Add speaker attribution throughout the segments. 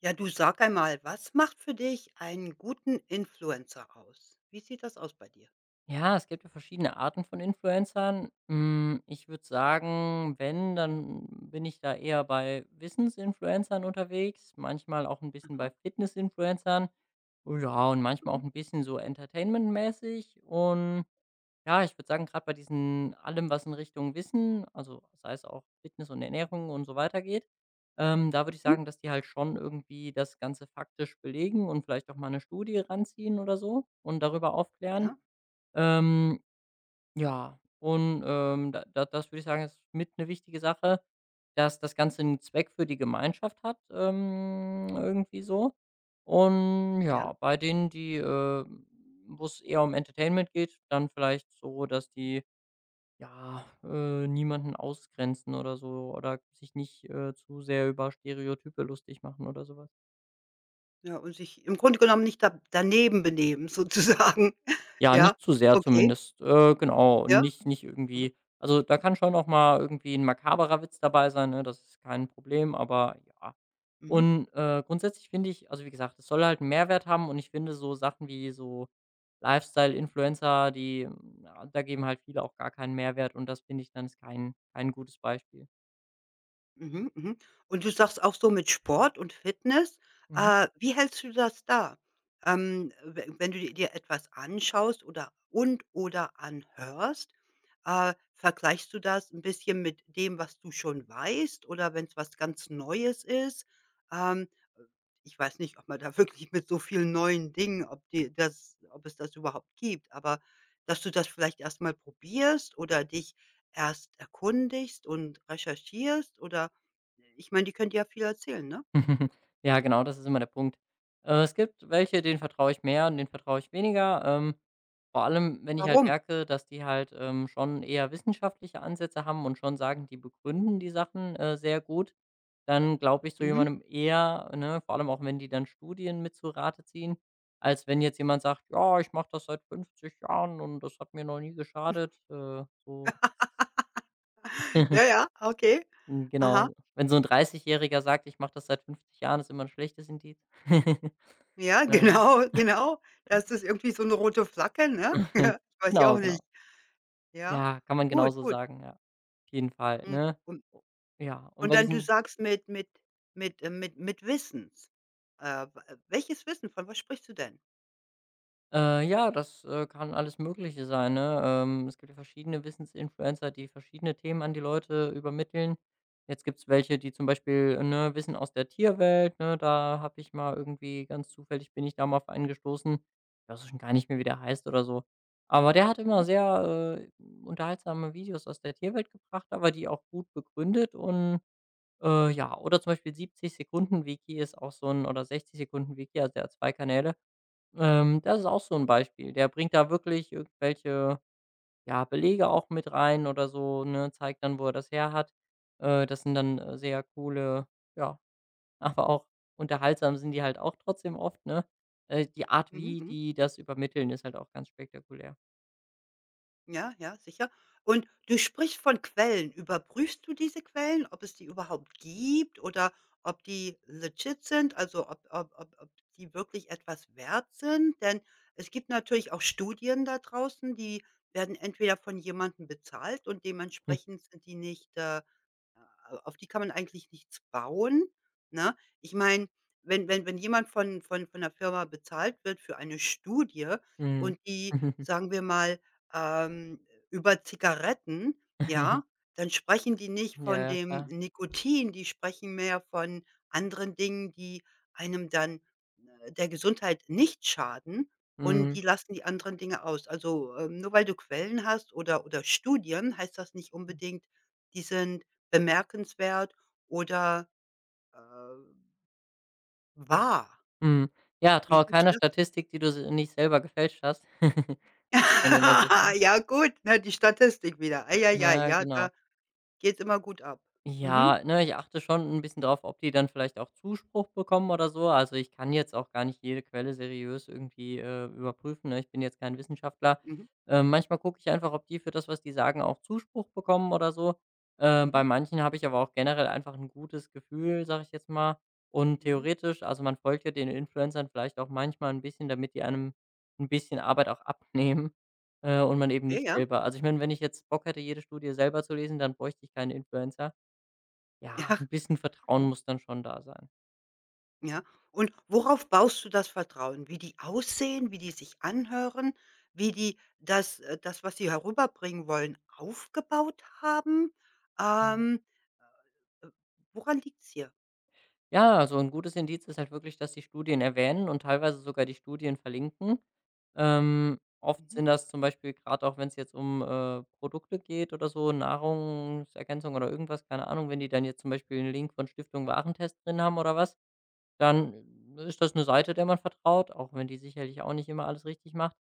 Speaker 1: Ja, du sag einmal, was macht für dich einen guten Influencer aus? Wie sieht das aus bei dir?
Speaker 2: Ja, es gibt ja verschiedene Arten von Influencern. Hm, ich würde sagen, wenn, dann bin ich da eher bei Wissensinfluencern unterwegs, manchmal auch ein bisschen bei
Speaker 1: Aha,
Speaker 2: Fitnessinfluencern. Ja, und manchmal auch
Speaker 1: mhm,
Speaker 2: ein bisschen so entertainmentmäßig. Und ja, ich würde sagen, gerade bei diesen allem, was in Richtung Wissen, also sei es auch Fitness und Ernährung und so weiter geht, da würde ich
Speaker 1: mhm,
Speaker 2: sagen, dass die halt schon irgendwie das Ganze faktisch belegen und vielleicht auch mal eine Studie ranziehen oder so und darüber aufklären.
Speaker 1: ja,
Speaker 2: Ähm. Ja, und, da das würde ich sagen, ist mit eine wichtige Sache, dass das Ganze einen Zweck für die Gemeinschaft hat, irgendwie so. Und ja,
Speaker 1: ja,
Speaker 2: bei denen, die, wo es eher um Entertainment geht, dann vielleicht so, dass die, ja, niemanden ausgrenzen oder so oder sich nicht, zu sehr über Stereotype lustig machen oder sowas.
Speaker 1: ja, und sich im Grunde genommen nicht da daneben benehmen sozusagen.
Speaker 2: Ja,
Speaker 1: Ja,
Speaker 2: nicht zu sehr
Speaker 1: okay,
Speaker 2: zumindest. Genau. Und
Speaker 1: ja,
Speaker 2: nicht
Speaker 1: aha,
Speaker 2: irgendwie, also, da kann schon auch mal irgendwie ein makaberer Witz dabei sein, ne? Das ist kein Problem, aber ja.
Speaker 1: mhm.
Speaker 2: Und, grundsätzlich finde ich, also, wie gesagt, es soll halt 'n Mehrwert haben, und ich finde so Sachen wie so Lifestyle-Influencer, die, ja, da geben halt viele auch gar keinen Mehrwert, und das finde ich, dann ist kein gutes Beispiel.
Speaker 1: Mhm, mhm. Und du sagst auch so mit Sport und Fitness,
Speaker 2: Mhm.
Speaker 1: wie hältst du das da? We wenn du di dir etwas anschaust oder anhörst, vergleichst du das ein bisschen mit dem, was du schon weißt oder wenn es was ganz Neues ist? Ähm, äh, ich weiß nicht, ob man da wirklich mit so vielen neuen Dingen ob dir das ob es das überhaupt gibt, aber dass du das vielleicht erst mal probierst oder dich erst erkundigst und recherchierst oder ich meine, die können dir ja viel erzählen, ne?
Speaker 2: Ja, genau, das ist immer der Punkt. Es gibt welche, denen vertraue ich mehr und denen vertraue ich weniger. Vor allem, wenn ich halt
Speaker 1: Warum?
Speaker 2: merke, dass die halt, schon eher wissenschaftliche Ansätze haben und schon sagen, die begründen die Sachen, sehr gut, dann glaube ich so
Speaker 1: Mhm.
Speaker 2: jemandem eher, ne, vor allem auch, wenn die dann Studien mit zu Rate ziehen, als wenn jetzt jemand sagt: „Ja, ich mache das seit 50 Jahren, und das hat mir noch nie geschadet." So.
Speaker 1: Ja, ja, okay. Aha.
Speaker 2: Genau. Wenn so 'n 30-Jähriger sagt: „Ich mache das seit 50 Jahren", ist immer ein schlechtes Indiz.
Speaker 1: Ja,
Speaker 2: Ähm,
Speaker 1: genau, genau. Das ist irgendwie so 'ne rote Flagge, ne? Ich weiß ja
Speaker 2: genau,
Speaker 1: auch nicht.
Speaker 2: genau.
Speaker 1: Ja,
Speaker 2: Ja, kann man
Speaker 1: gut,
Speaker 2: genauso
Speaker 1: gut.
Speaker 2: sagen, ja. Auf jeden Fall,
Speaker 1: Hm,
Speaker 2: ne?
Speaker 1: und
Speaker 2: Ja, und
Speaker 1: und
Speaker 2: bei
Speaker 1: dann du
Speaker 2: diesen
Speaker 1: sagst mit Wissens. W welches Wissen? Von was sprichst du denn?
Speaker 2: ja, das, kann alles Mögliche sein, ne? Es gibt ja verschiedene Wissensinfluencer, die verschiedene Themen an die Leute übermitteln. Jetzt gibt's welche, die zum Beispiel, ne, Wissen aus der Tierwelt, ne? Da habe ich mal irgendwie ganz zufällig bin ich da mal auf einen gestoßen. Ich weiß schon gar nicht mehr, wie der heißt oder so. Aber der hat immer sehr, unterhaltsame Videos aus der Tierwelt gebracht, aber die auch gut begründet. Und ja, oder zum Beispiel 70 Sekunden Wiki ist auch so ein, oder 60 Sekunden Wiki, also der hat 2 Kanäle. Das ist auch so ein Beispiel. Der bringt da wirklich irgendwelche, ja, Belege auch mit rein oder so, ne, zeigt dann, wo er das her hat. Das sind dann, sehr coole, ja, aber auch unterhaltsam sind die halt auch trotzdem oft, ne? Die Art,
Speaker 1: Mhm,
Speaker 2: wie
Speaker 1: mhm.
Speaker 2: die das übermitteln, ist halt auch ganz spektakulär.
Speaker 1: Ja, ja, sicher. Und du sprichst von Quellen. Überprüfst du diese Quellen, ob es die überhaupt gibt oder ob die legit sind, also ob die wirklich etwas wert sind? Denn es gibt natürlich auch Studien da draußen, die werden entweder von jemandem bezahlt und dementsprechend sind die nicht, auf die kann man eigentlich nichts bauen, ne? Ich meine, wenn jemand von der Firma bezahlt wird für eine Studie
Speaker 2: Mhm.
Speaker 1: und die, sagen wir mal, über Zigaretten, ja, dann sprechen die nicht
Speaker 2: Ja,
Speaker 1: von
Speaker 2: ja,
Speaker 1: dem
Speaker 2: klar.
Speaker 1: Nikotin, die sprechen mehr von anderen Dingen, die einem dann, der Gesundheit nicht schaden und
Speaker 2: Mhm.
Speaker 1: die lassen die anderen Dinge aus. Also, nur weil du Quellen hast oder Studien, heißt das nicht unbedingt, die sind bemerkenswert oder, äh, wahr?
Speaker 2: Mhm. Ja,
Speaker 1: Wie
Speaker 2: traue
Speaker 1: hältst du
Speaker 2: keiner
Speaker 1: das?
Speaker 2: Statistik, die du s nicht selber gefälscht hast. Sagt man ja immer so schön.
Speaker 1: Ja gut, ne, die Statistik wieder. Ei, ei, ei,
Speaker 2: Ja,
Speaker 1: ja,
Speaker 2: genau.
Speaker 1: da geht's immer gut ab. Mhm,
Speaker 2: Ja, ne, ich achte schon ein bisschen drauf, ob die dann vielleicht auch Zuspruch bekommen oder so. Also, ich kann jetzt auch gar nicht jede Quelle seriös irgendwie, überprüfen, ne? Ich bin jetzt kein Wissenschaftler.
Speaker 1: mhm,
Speaker 2: Manchmal gucke ich einfach, ob die für das, was die sagen, auch Zuspruch bekommen oder so. Bei
Speaker 1: mhm,
Speaker 2: manchen habe ich aber auch generell einfach ein gutes Gefühl, sage ich jetzt mal. Und
Speaker 1: mhm.
Speaker 2: theoretisch, also, man folgt ja den Influencern vielleicht auch manchmal ein bisschen, damit die einem ein bisschen Arbeit auch abnehmen, und man eben
Speaker 1: Ja,
Speaker 2: nicht
Speaker 1: ja,
Speaker 2: selber, also, ich meine, wenn ich jetzt Bock hätte, jede Studie selber zu lesen, dann bräuchte ich keinen Influencer. Ja,
Speaker 1: ja,
Speaker 2: ein bisschen Vertrauen
Speaker 1: mhm,
Speaker 2: muss dann schon da sein.
Speaker 1: ja. Und worauf baust du das Vertrauen? Wie die aussehen, wie die sich anhören, wie die das, was sie herüberbringen wollen, aufgebaut haben?
Speaker 2: Mhm.
Speaker 1: Ähm, äh, woran liegt's hier?
Speaker 2: Ja, also ein gutes Indiz ist halt wirklich, dass die Studien erwähnen und teilweise sogar die Studien verlinken. Oft
Speaker 1: Mhm.
Speaker 2: sind das, zum Beispiel gerade auch wenn es jetzt um, Produkte geht oder so, Nahrungsergänzung oder irgendwas, keine Ahnung, wenn die dann jetzt zum Beispiel einen Link von Stiftung Warentest drin haben oder was, dann ist das eine Seite, der man vertraut, auch wenn die sicherlich auch nicht immer alles richtig macht.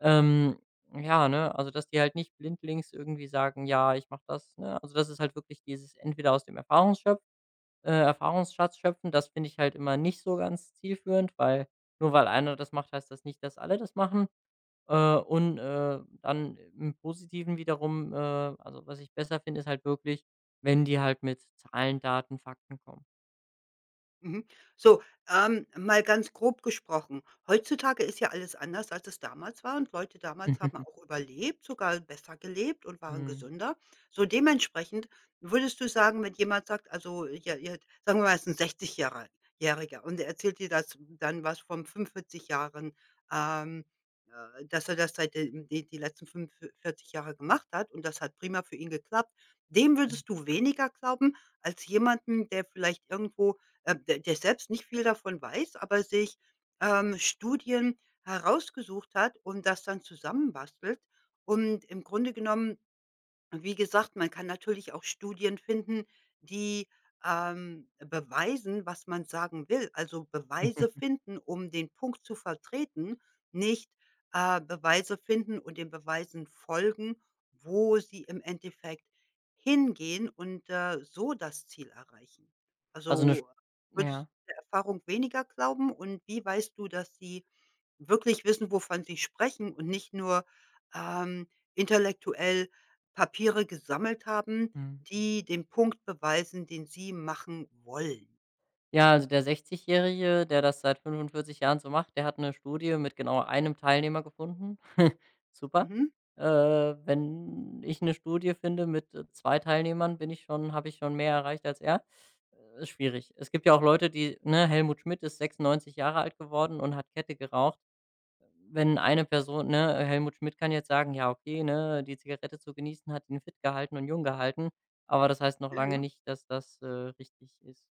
Speaker 2: Ähm, ja, ne, also, dass die halt nicht blindlings irgendwie sagen: „Ja, ich mache das", ne? Also, das ist halt wirklich dieses, entweder aus dem Erfahrungsschöpf Erfahrungsschatz schöpfen, das finde ich halt immer nicht so ganz zielführend, weil nur weil einer das macht, heißt das nicht, dass alle das machen. Dann im Positiven wiederum, also, was ich besser finde, ist halt wirklich, wenn die halt mit Zahlen, Daten, Fakten kommen.
Speaker 1: Mhm. So, mal ganz grob gesprochen. Heutzutage ist ja alles anders, als es damals war und Leute damals haben auch überlebt, sogar besser gelebt und waren
Speaker 2: Mhm.
Speaker 1: gesünder. So dementsprechend würdest du sagen, wenn jemand sagt, also, ja, ja, sagen wir mal, es ist ein 60 Jährer Jähriger und er erzählt dir das dann was von 45 Jahren, ähm, dass er das seit den die die letzten 45 Jahre gemacht hat und das hat prima für ihn geklappt. Dem
Speaker 2: Mhm.
Speaker 1: würdest du weniger glauben als jemanden, der vielleicht irgendwo der selbst nicht viel davon weiß, aber sich, Studien herausgesucht hat und das dann zusammenbastelt und im Grunde genommen und wie gesagt, man kann natürlich auch Studien finden, die, beweisen, was man sagen will, also Beweise finden, um den Punkt zu vertreten, nicht, Beweise finden und den Beweisen folgen, wo sie im Endeffekt hingehen und, so das Ziel erreichen.
Speaker 2: Also, 'ne Sch
Speaker 1: Also, würdest
Speaker 2: ja,
Speaker 1: du der Erfahrung weniger glauben und wie weißt du, dass die wirklich wissen, wovon sie sprechen und nicht nur, ähm, intellektuell Papiere gesammelt haben,
Speaker 2: mhm.
Speaker 1: die den Punkt beweisen, den sie machen wollen.
Speaker 2: Ja, also der 60-Jährige, der das seit 45 Jahren so macht, der hat eine Studie mit genau einem Teilnehmer gefunden. Super.
Speaker 1: Mhm.
Speaker 2: Äh, Wenn ich eine Studie finde mit, 2 Teilnehmern, bin ich schon habe ich schon mehr erreicht als er. Ist schwierig. Es gibt ja auch Leute, die, ne, Helmut Schmidt ist 96 Jahre alt geworden und hat Kette geraucht. Wenn eine Person ne, Helmut Schmidt kann jetzt sagen: „Ja, okay, ne, die Zigarette zu genießen hat ihn fit gehalten und jung gehalten", aber das heißt noch
Speaker 1: Ja,
Speaker 2: lange
Speaker 1: ja.
Speaker 2: nicht, dass das, richtig ist.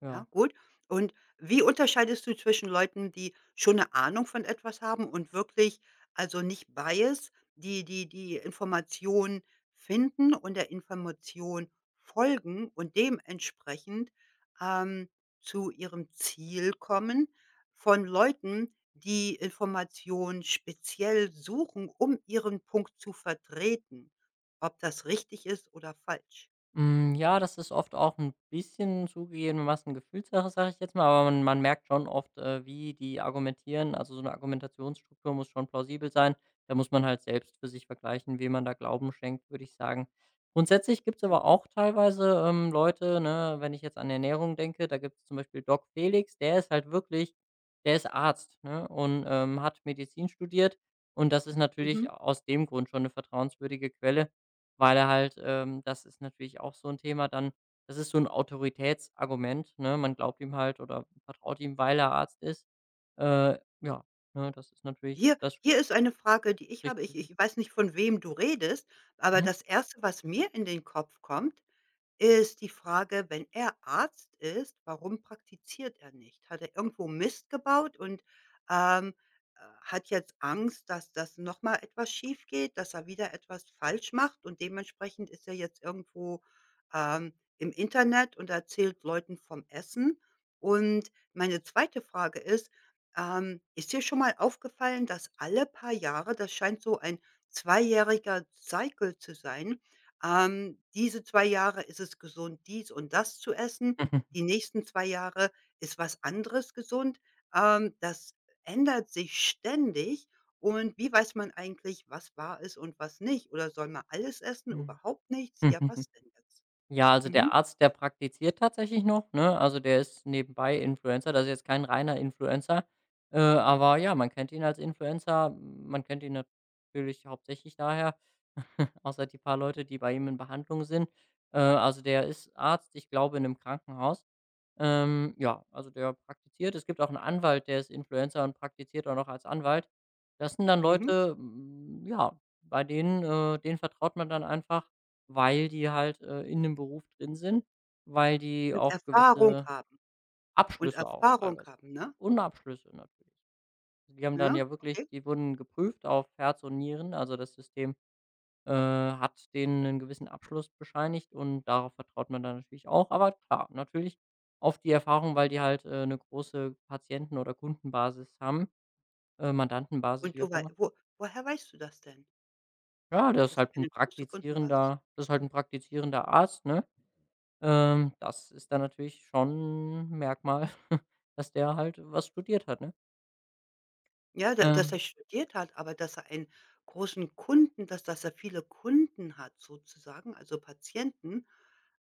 Speaker 2: Ja.
Speaker 1: Ja, gut. Und wie unterscheidest du zwischen Leuten, die schon eine Ahnung von etwas haben und wirklich also nicht Bias die Information finden und der Information folgen und dementsprechend, ähm, zu ihrem Ziel kommen, von Leuten, die Information speziell suchen, um ihren Punkt zu vertreten, ob das richtig ist oder falsch?
Speaker 2: Hm, ja, das ist oft auch ein bisschen zugegebenermaßen Gefühlssache, sage ich jetzt mal, aber man merkt schon oft, wie die argumentieren. Also, so eine Argumentationsstruktur muss schon plausibel sein. Da muss man halt selbst für sich vergleichen, wem man da Glauben schenkt, würde ich sagen. Grundsätzlich gibt's aber
Speaker 1: Mhm.
Speaker 2: auch teilweise, Leute, ne, wenn ich jetzt an Ernährung denke, da gibt's zum Beispiel Doc Felix, der ist Arzt, ne, und, hat Medizin studiert, und das ist
Speaker 1: Mhm.
Speaker 2: natürlich aus dem Grund schon eine vertrauenswürdige Quelle, weil er halt das ist natürlich auch so ein Thema dann, das ist so ein Autoritätsargument, ne? Man glaubt ihm halt oder vertraut ihm, weil er Arzt ist. Ja, ne, das ist natürlich
Speaker 1: Hier
Speaker 2: das
Speaker 1: hier ist eine Frage, die ich
Speaker 2: spricht
Speaker 1: habe.
Speaker 2: für
Speaker 1: Ich
Speaker 2: sich.
Speaker 1: ich weiß nicht, von wem du redest, aber
Speaker 2: Mhm.
Speaker 1: das erste, was mir in den Kopf kommt, ist die Frage, wenn er Arzt ist, warum praktiziert er nicht? Hat er irgendwo Mist gebaut und, ähm, hat jetzt Angst, dass das noch mal etwas schief geht, dass er wieder etwas falsch macht und dementsprechend ist er jetzt irgendwo, im Internet und erzählt Leuten vom Essen? Und meine zweite Frage ist, ist dir schon mal aufgefallen, dass alle paar Jahre das scheint so ein zweijähriger Cycle zu sein, diese 2 Jahre ist es gesund, dies und das zu essen. Die nächsten 2 Jahre ist was anderes gesund. Das ändert sich ständig. Und wie weiß man eigentlich, was wahr ist und was nicht? Oder soll man alles essen,
Speaker 2: Mhm.
Speaker 1: überhaupt nichts? Ja, was denn jetzt?
Speaker 2: Ja, also
Speaker 1: Mhm,
Speaker 2: der Arzt, der praktiziert tatsächlich noch, ne? Also der ist nebenbei Influencer, das ist jetzt kein reiner Influencer. Aber ja, man kennt ihn als Influencer. Man kennt ihn natürlich hauptsächlich daher, außer die paar Leute, die bei ihm in Behandlung sind. Also der ist Arzt, ich glaube, in einem Krankenhaus. Ja, also der praktiziert. Es gibt auch einen Anwalt, der ist Influencer und praktiziert auch noch als Anwalt. Das sind dann
Speaker 1: mhm.
Speaker 2: Leute, ja, bei denen, denen vertraut man dann einfach, weil die halt, in dem Beruf drin sind, weil die
Speaker 1: Und
Speaker 2: auch
Speaker 1: Erfahrung
Speaker 2: gewisse
Speaker 1: haben und
Speaker 2: Abschlüsse auch
Speaker 1: Erfahrung
Speaker 2: teilweise
Speaker 1: haben, ne?
Speaker 2: und Abschlüsse natürlich. Die haben dann
Speaker 1: Ja,
Speaker 2: ja wirklich
Speaker 1: okay.
Speaker 2: die wurden geprüft auf Herz und Nieren. Also, das System, hat denen einen gewissen Abschluss bescheinigt, und darauf vertraut man dann natürlich auch. Aber klar, natürlich auf die Erfahrung, weil die halt, 'ne große Patienten- oder Kundenbasis haben, Mandantenbasis,
Speaker 1: Und
Speaker 2: wie
Speaker 1: du
Speaker 2: auch
Speaker 1: wei
Speaker 2: immer.
Speaker 1: wo woher weißt du das denn,
Speaker 2: Ja,
Speaker 1: dass die eine große Kundenbasis
Speaker 2: das ist halt ein praktizierender Arzt, ne? Das ist dann natürlich schon 'n Merkmal, dass der halt was studiert hat, ne?
Speaker 1: Ja, da dass er
Speaker 2: Ähm,
Speaker 1: studiert hat, aber dass er einen großen Kunden dass dass er viele Kunden hat sozusagen, also Patienten.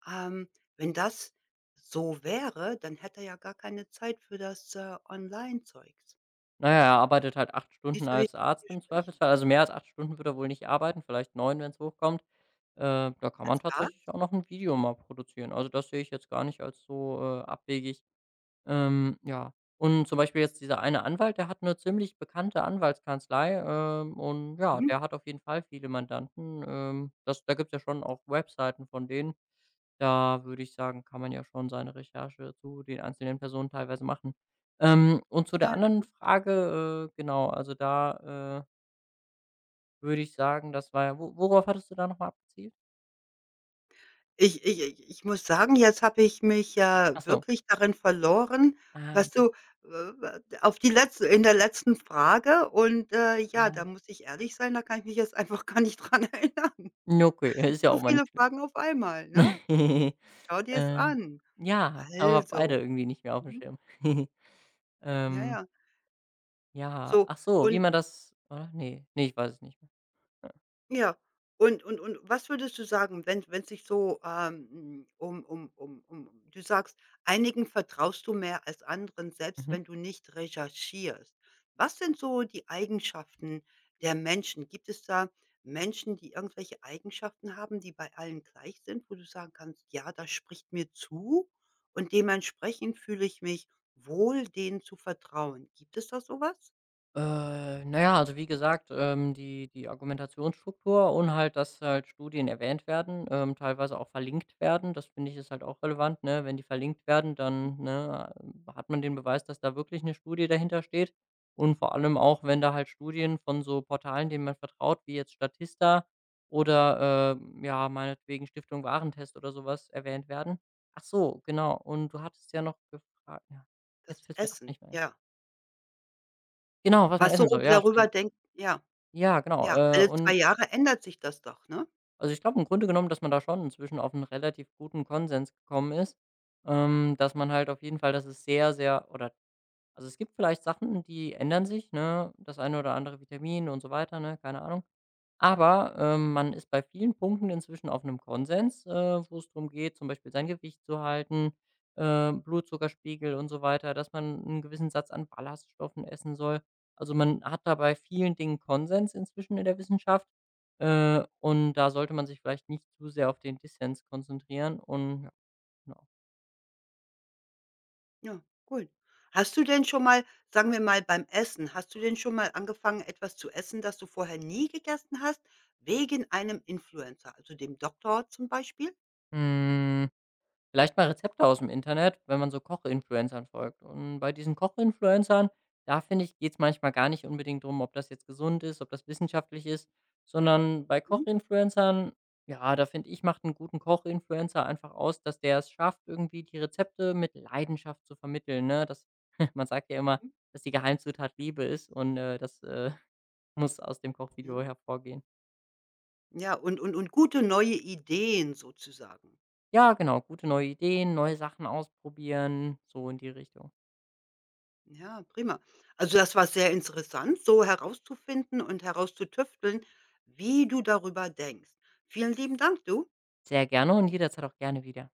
Speaker 1: Ähm, wenn das so wäre, dann hätte er ja gar keine Zeit für das, Online-Zeugs.
Speaker 2: na ja, er arbeitet halt 8 Stunden
Speaker 1: Siehst du, wie
Speaker 2: als Arzt
Speaker 1: ich
Speaker 2: im
Speaker 1: mit dir
Speaker 2: Zweifelsfall. Also, mehr als 8 Stunden wird er wohl nicht arbeiten, vielleicht neun, wenn es hochkommt. Da kann man
Speaker 1: als
Speaker 2: tatsächlich
Speaker 1: Arzt?
Speaker 2: auch noch ein Video mal produzieren. Also, das sehe ich jetzt gar nicht als so, abwegig. Ja. Und zum Beispiel jetzt dieser eine Anwalt, der hat eine ziemlich bekannte Anwaltskanzlei, und ja,
Speaker 1: Mhm.
Speaker 2: der hat auf jeden Fall viele Mandanten. Das Da gibt's ja schon auch Webseiten von denen. Da würde ich sagen, kann man ja schon seine Recherche zu den einzelnen Personen teilweise machen. Und zu der
Speaker 1: Ja.
Speaker 2: anderen Frage, genau, also da, würde ich sagen, das war ja wo worauf hattest du da nochmal mal abgezielt?
Speaker 1: Ich muss sagen, jetzt habe ich mich
Speaker 2: Ach
Speaker 1: ja
Speaker 2: so.
Speaker 1: wirklich darin verloren,
Speaker 2: Ah,
Speaker 1: was
Speaker 2: okay.
Speaker 1: du, auf die letzte in der letzten Frage und, ja,
Speaker 2: Ah.
Speaker 1: da muss ich ehrlich sein, da kann ich mich jetzt einfach gar nicht dran erinnern.
Speaker 2: Ja, okay, ja, ist ja
Speaker 1: Zu
Speaker 2: auch mal
Speaker 1: viele
Speaker 2: nicht schlimm.
Speaker 1: Fragen auf einmal, ne? Schau dir's
Speaker 2: Äh,
Speaker 1: an.
Speaker 2: ja, haben wir beide
Speaker 1: Also
Speaker 2: irgendwie nicht mehr auf dem
Speaker 1: mhm,
Speaker 2: Schirm.
Speaker 1: ja,
Speaker 2: Ähm,
Speaker 1: ja.
Speaker 2: ja,
Speaker 1: So,
Speaker 2: ach so, wie
Speaker 1: und
Speaker 2: man das oder? Ne, ne, ich weiß es nicht mehr. Ja.
Speaker 1: ja. Und was würdest du sagen, wenn sich so, um um um um du sagst, einigen vertraust du mehr als anderen, selbst
Speaker 2: Mhm.
Speaker 1: wenn du nicht recherchierst. Was sind so die Eigenschaften der Menschen? Gibt es da Menschen, die irgendwelche Eigenschaften haben, die bei allen gleich sind, wo du sagen kannst: „Ja, das spricht mir zu und dementsprechend fühle ich mich wohl, denen zu vertrauen." Gibt es da sowas?
Speaker 2: Na ja, also wie gesagt, die Argumentationsstruktur und halt, dass halt Studien erwähnt werden, teilweise auch verlinkt werden. Das finde ich ist halt auch relevant, ne? Wenn die verlinkt werden, dann, ne, hat man den Beweis, dass da wirklich eine Studie dahinter steht. Und vor allem auch, wenn da halt Studien von so Portalen, denen man vertraut, wie jetzt Statista oder, ja, meinetwegen Stiftung Warentest oder sowas erwähnt werden. Ach so, genau. Und du hattest ja noch gefragt, ja,
Speaker 1: Das
Speaker 2: jetzt fällt mir doch
Speaker 1: Essen,
Speaker 2: nicht mehr ein.
Speaker 1: ja.
Speaker 2: Genau, was man
Speaker 1: Was so
Speaker 2: essen soll. Ja,
Speaker 1: darüber
Speaker 2: stimmt.
Speaker 1: denkt ja.
Speaker 2: Ja, genau,
Speaker 1: Ja, alle 2
Speaker 2: und
Speaker 1: Jahre ändert sich das doch, ne?
Speaker 2: also, ich glaube im Grunde genommen, dass man da schon inzwischen auf einen relativ guten Konsens gekommen ist, dass man halt auf jeden Fall, dass es sehr, sehr oder, also, es gibt vielleicht Sachen, die ändern sich, ne? Das eine oder andere Vitamin und so weiter, ne, keine Ahnung. Aber, man ist bei vielen Punkten inzwischen auf einem Konsens, wo es darum geht, zum Beispiel sein Gewicht zu halten, Blutzuckerspiegel und so weiter, dass man einen gewissen Satz an Ballaststoffen essen soll. Also, man hat da bei vielen Dingen Konsens inzwischen in der Wissenschaft, und da sollte man sich vielleicht nicht zu sehr auf den Dissens konzentrieren und ja, genau.
Speaker 1: Ja, gut. Hast du denn schon mal sagen wir mal beim Essen hast du denn schon mal angefangen, etwas zu essen, das du vorher nie gegessen hast, wegen einem Influencer, also dem Doktor zum Beispiel?
Speaker 2: Hm. Vielleicht mal Rezepte aus dem Internet, wenn man so Koch-Influencern
Speaker 1: Ja,
Speaker 2: folgt. Und bei diesen Koch-Influencern, da finde ich, geht es manchmal gar nicht unbedingt drum, ob das jetzt gesund ist, ob das wissenschaftlich ist, sondern bei
Speaker 1: mhm,
Speaker 2: Koch-Influencern, ja, da finde ich, macht einen guten Koch-Influencer einfach aus, dass der es schafft, irgendwie die Rezepte mit Leidenschaft zu vermitteln, ne? Das man sagt ja immer,
Speaker 1: mhm,
Speaker 2: dass die Geheimzutat Liebe ist, und, das, muss aus dem Kochvideo
Speaker 1: ja.
Speaker 2: hervorgehen.
Speaker 1: Ja, und gute neue Ideen sozusagen.
Speaker 2: Ja, genau, gute neue Ideen, neue Sachen ausprobieren, so in die Richtung.
Speaker 1: Ja, prima. Also, das war sehr interessant, so herauszufinden und herauszutüfteln, wie du darüber denkst. Vielen lieben Dank, du.
Speaker 2: Sehr gerne und jederzeit auch gerne wieder.